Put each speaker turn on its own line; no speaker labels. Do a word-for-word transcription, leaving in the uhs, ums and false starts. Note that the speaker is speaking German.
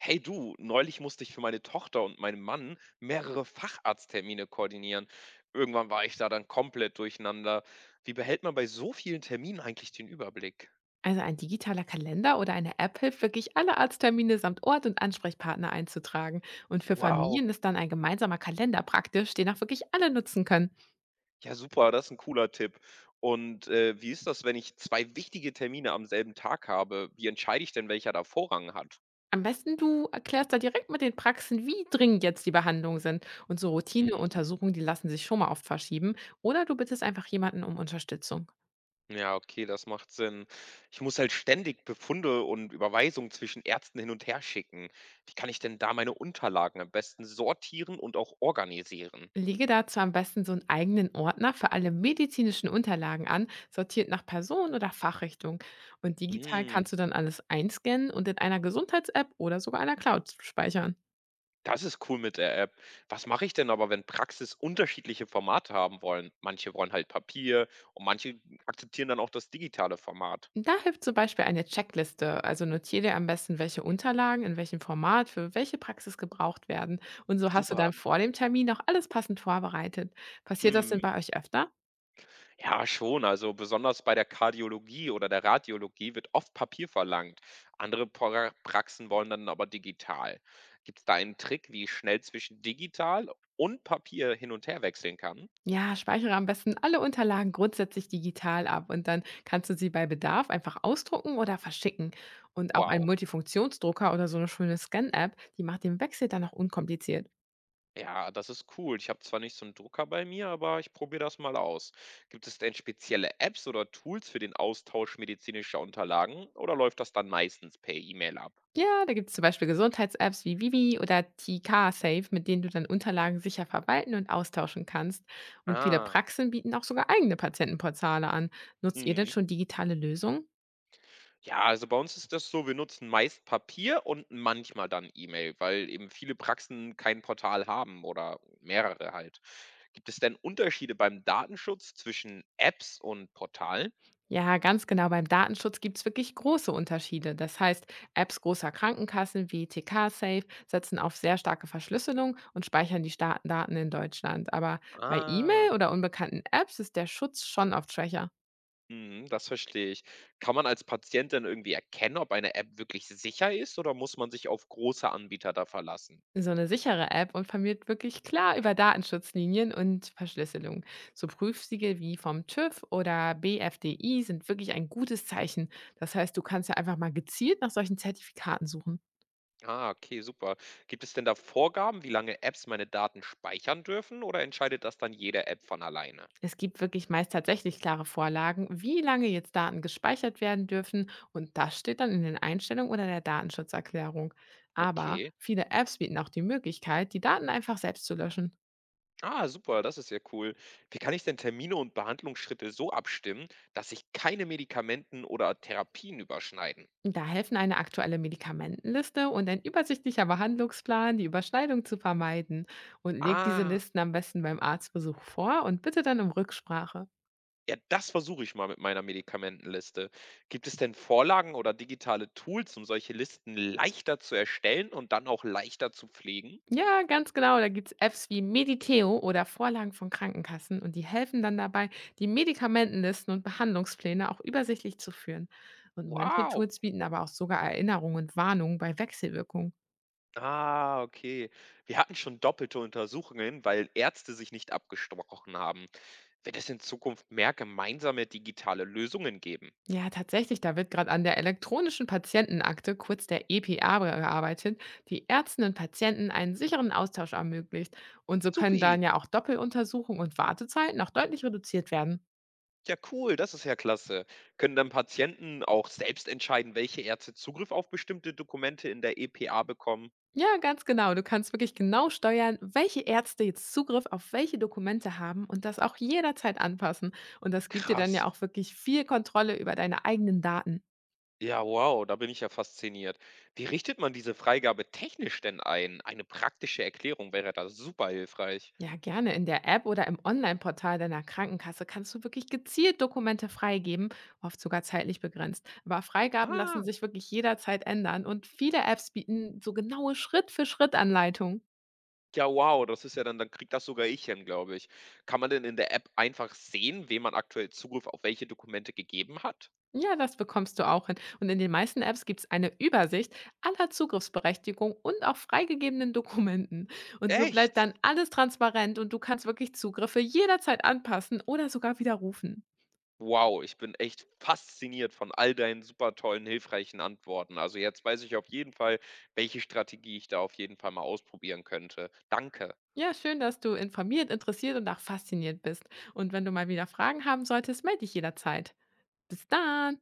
Hey du, neulich musste ich für meine Tochter und meinen Mann mehrere Facharzttermine koordinieren. Irgendwann war ich da dann komplett durcheinander. Wie behält man bei so vielen Terminen eigentlich den Überblick?
Also ein digitaler Kalender oder eine App hilft wirklich, alle Arzttermine samt Ort und Ansprechpartner einzutragen. Und für
Wow,
Familien ist dann ein gemeinsamer Kalender praktisch, den auch wirklich alle nutzen können.
ja super, das ist ein cooler Tipp. Und äh, wie ist das, wenn ich zwei wichtige Termine am selben Tag habe? Wie entscheide ich denn, welcher da Vorrang hat?
Am besten du erklärst da direkt mit den Praxen, wie dringend jetzt die Behandlungen sind. Und so Routineuntersuchungen, die lassen sich schon mal oft verschieben. Oder du bittest einfach jemanden um Unterstützung.
Ja, okay, das macht Sinn. Ich muss halt ständig Befunde und Überweisungen zwischen Ärzten hin und her schicken. Wie kann ich denn da meine Unterlagen am besten sortieren und auch organisieren?
Lege dazu am besten so einen eigenen Ordner für alle medizinischen Unterlagen an, sortiert nach Person oder Fachrichtung. Und digital
Hm,
kannst du dann alles einscannen und in einer Gesundheits-App oder sogar einer Cloud speichern.
das ist cool mit der App. Was mache ich denn aber, wenn Praxis unterschiedliche Formate haben wollen? Manche wollen halt Papier und manche akzeptieren dann auch das digitale Format.
Da hilft zum Beispiel eine Checkliste. Also notiere dir am besten, welche Unterlagen in welchem Format für welche Praxis gebraucht werden. Und so hast du
Super.
dann vor dem Termin auch alles passend vorbereitet. Passiert das denn
Mhm.
bei euch öfter?
Ja, schon. Also besonders bei der Kardiologie oder der Radiologie wird oft Papier verlangt. Andere Pra- Praxen wollen dann aber digital. Gibt es da einen Trick, wie ich schnell zwischen digital und Papier hin und her wechseln kann?
Ja, speichere am besten alle Unterlagen grundsätzlich digital ab und dann kannst du sie bei Bedarf einfach ausdrucken oder verschicken. Und auch ein
Wow.
Multifunktionsdrucker oder so eine schöne Scan-App, die macht den Wechsel dann auch unkompliziert.
Ja, das ist cool. Ich habe zwar nicht so einen Drucker bei mir, aber ich probiere das mal aus. Gibt es denn spezielle Apps oder Tools für den Austausch medizinischer Unterlagen oder läuft das dann meistens per E-Mail ab?
Ja, da gibt es zum Beispiel Gesundheits-Apps wie Vivi oder T K-Safe, mit denen du dann Unterlagen sicher verwalten und austauschen kannst. Und viele
Ah.
Praxen bieten auch sogar eigene Patientenportale an. Nutzt ihr denn
Mhm.
schon digitale Lösungen?
Ja, also bei uns ist das so, wir nutzen meist Papier und manchmal dann E-Mail, weil eben viele Praxen kein Portal haben oder mehrere halt. Gibt es denn Unterschiede beim Datenschutz zwischen Apps und Portalen?
Ja, ganz genau. Beim Datenschutz gibt es wirklich große Unterschiede. Das heißt, Apps großer Krankenkassen wie T K-Safe setzen auf sehr starke Verschlüsselung und speichern die Sta Daten in Deutschland. Aber bei
Ah,
E-Mail oder unbekannten Apps ist der Schutz schon oft schwächer.
mhm, das verstehe ich. Kann man als Patient denn irgendwie erkennen, ob eine App wirklich sicher ist oder muss man sich auf große Anbieter da verlassen?
So eine sichere App informiert wirklich klar über Datenschutzlinien und Verschlüsselung. So Prüfsiegel wie vom TÜV oder B F D I sind wirklich ein gutes Zeichen. Das heißt, du kannst ja einfach mal gezielt nach solchen Zertifikaten suchen.
Ah, okay, super. Gibt es denn da Vorgaben, wie lange Apps meine Daten speichern dürfen oder entscheidet das dann jede App von alleine?
Es gibt wirklich meist tatsächlich klare Vorlagen, wie lange jetzt Daten gespeichert werden dürfen, und das steht dann in den Einstellungen oder der Datenschutzerklärung. Aber
Okay.
viele Apps bieten auch die Möglichkeit, die Daten einfach selbst zu löschen.
Ah, super, das ist ja cool. Wie kann ich denn Termine und Behandlungsschritte so abstimmen, dass sich keine Medikamenten oder Therapien überschneiden?
Da helfen eine aktuelle Medikamentenliste und ein übersichtlicher Behandlungsplan, die Überschneidung zu vermeiden. Und legt diese
Ah,
Listen am besten beim Arztbesuch vor und bitte dann um Rücksprache.
ja, das versuche ich mal mit meiner Medikamentenliste. Gibt es denn Vorlagen oder digitale Tools, um solche Listen leichter zu erstellen und dann auch leichter zu pflegen?
Ja, ganz genau. Da gibt's Apps wie Mediteo oder Vorlagen von Krankenkassen, und die helfen dann dabei, die Medikamentenlisten und Behandlungspläne auch übersichtlich zu führen. Und manche
Wow.
Tools bieten aber auch sogar Erinnerungen und Warnungen bei Wechselwirkungen.
Ah, okay. Wir hatten schon doppelte Untersuchungen, weil Ärzte sich nicht abgesprochen haben. Wird es in Zukunft mehr gemeinsame digitale Lösungen geben?
Ja, tatsächlich, da wird gerade an der elektronischen Patientenakte, kurz der E P A, gearbeitet, die Ärzten und Patienten einen sicheren Austausch ermöglicht. Und so können
Supi.
dann ja auch Doppeluntersuchungen und Wartezeiten auch deutlich reduziert werden.
Ja, cool, das ist ja klasse. Können dann Patienten auch selbst entscheiden, welche Ärzte Zugriff auf bestimmte Dokumente in der E P A bekommen?
Ja, ganz genau. Du kannst wirklich genau steuern, welche Ärzte jetzt Zugriff auf welche Dokumente haben, und das auch jederzeit anpassen. Und das gibt dir dann ja
Krass.
auch wirklich viel Kontrolle über deine eigenen Daten.
Ja, wow, da bin ich ja fasziniert. Wie richtet man diese Freigabe technisch denn ein? Eine praktische Erklärung wäre da super hilfreich.
Ja, gerne. In der App oder im Online-Portal deiner Krankenkasse kannst du wirklich gezielt Dokumente freigeben, oft sogar zeitlich begrenzt. Aber Freigaben lassen
Ah,
sich wirklich jederzeit ändern, und viele Apps bieten so genaue Schritt-für-Schritt-Anleitungen.
ja, wow, das ist ja dann, dann kriegt das sogar ich hin, glaube ich. Kann man denn in der App einfach sehen, wem man aktuell Zugriff auf welche Dokumente gegeben hat?
Ja, das bekommst du auch hin. Und in den meisten Apps gibt's eine Übersicht aller Zugriffsberechtigungen und auch freigegebenen Dokumenten. Und so bleibt
Echt?
dann alles transparent, und du kannst wirklich Zugriffe jederzeit anpassen oder sogar widerrufen.
Wow, ich bin echt fasziniert von all deinen super tollen, hilfreichen Antworten. Also jetzt weiß ich auf jeden Fall, welche Strategie ich da auf jeden Fall mal ausprobieren könnte. Danke.
Ja, schön, dass du informiert, interessiert und auch fasziniert bist. Und wenn du mal wieder Fragen haben solltest, melde dich jederzeit. Bis dann!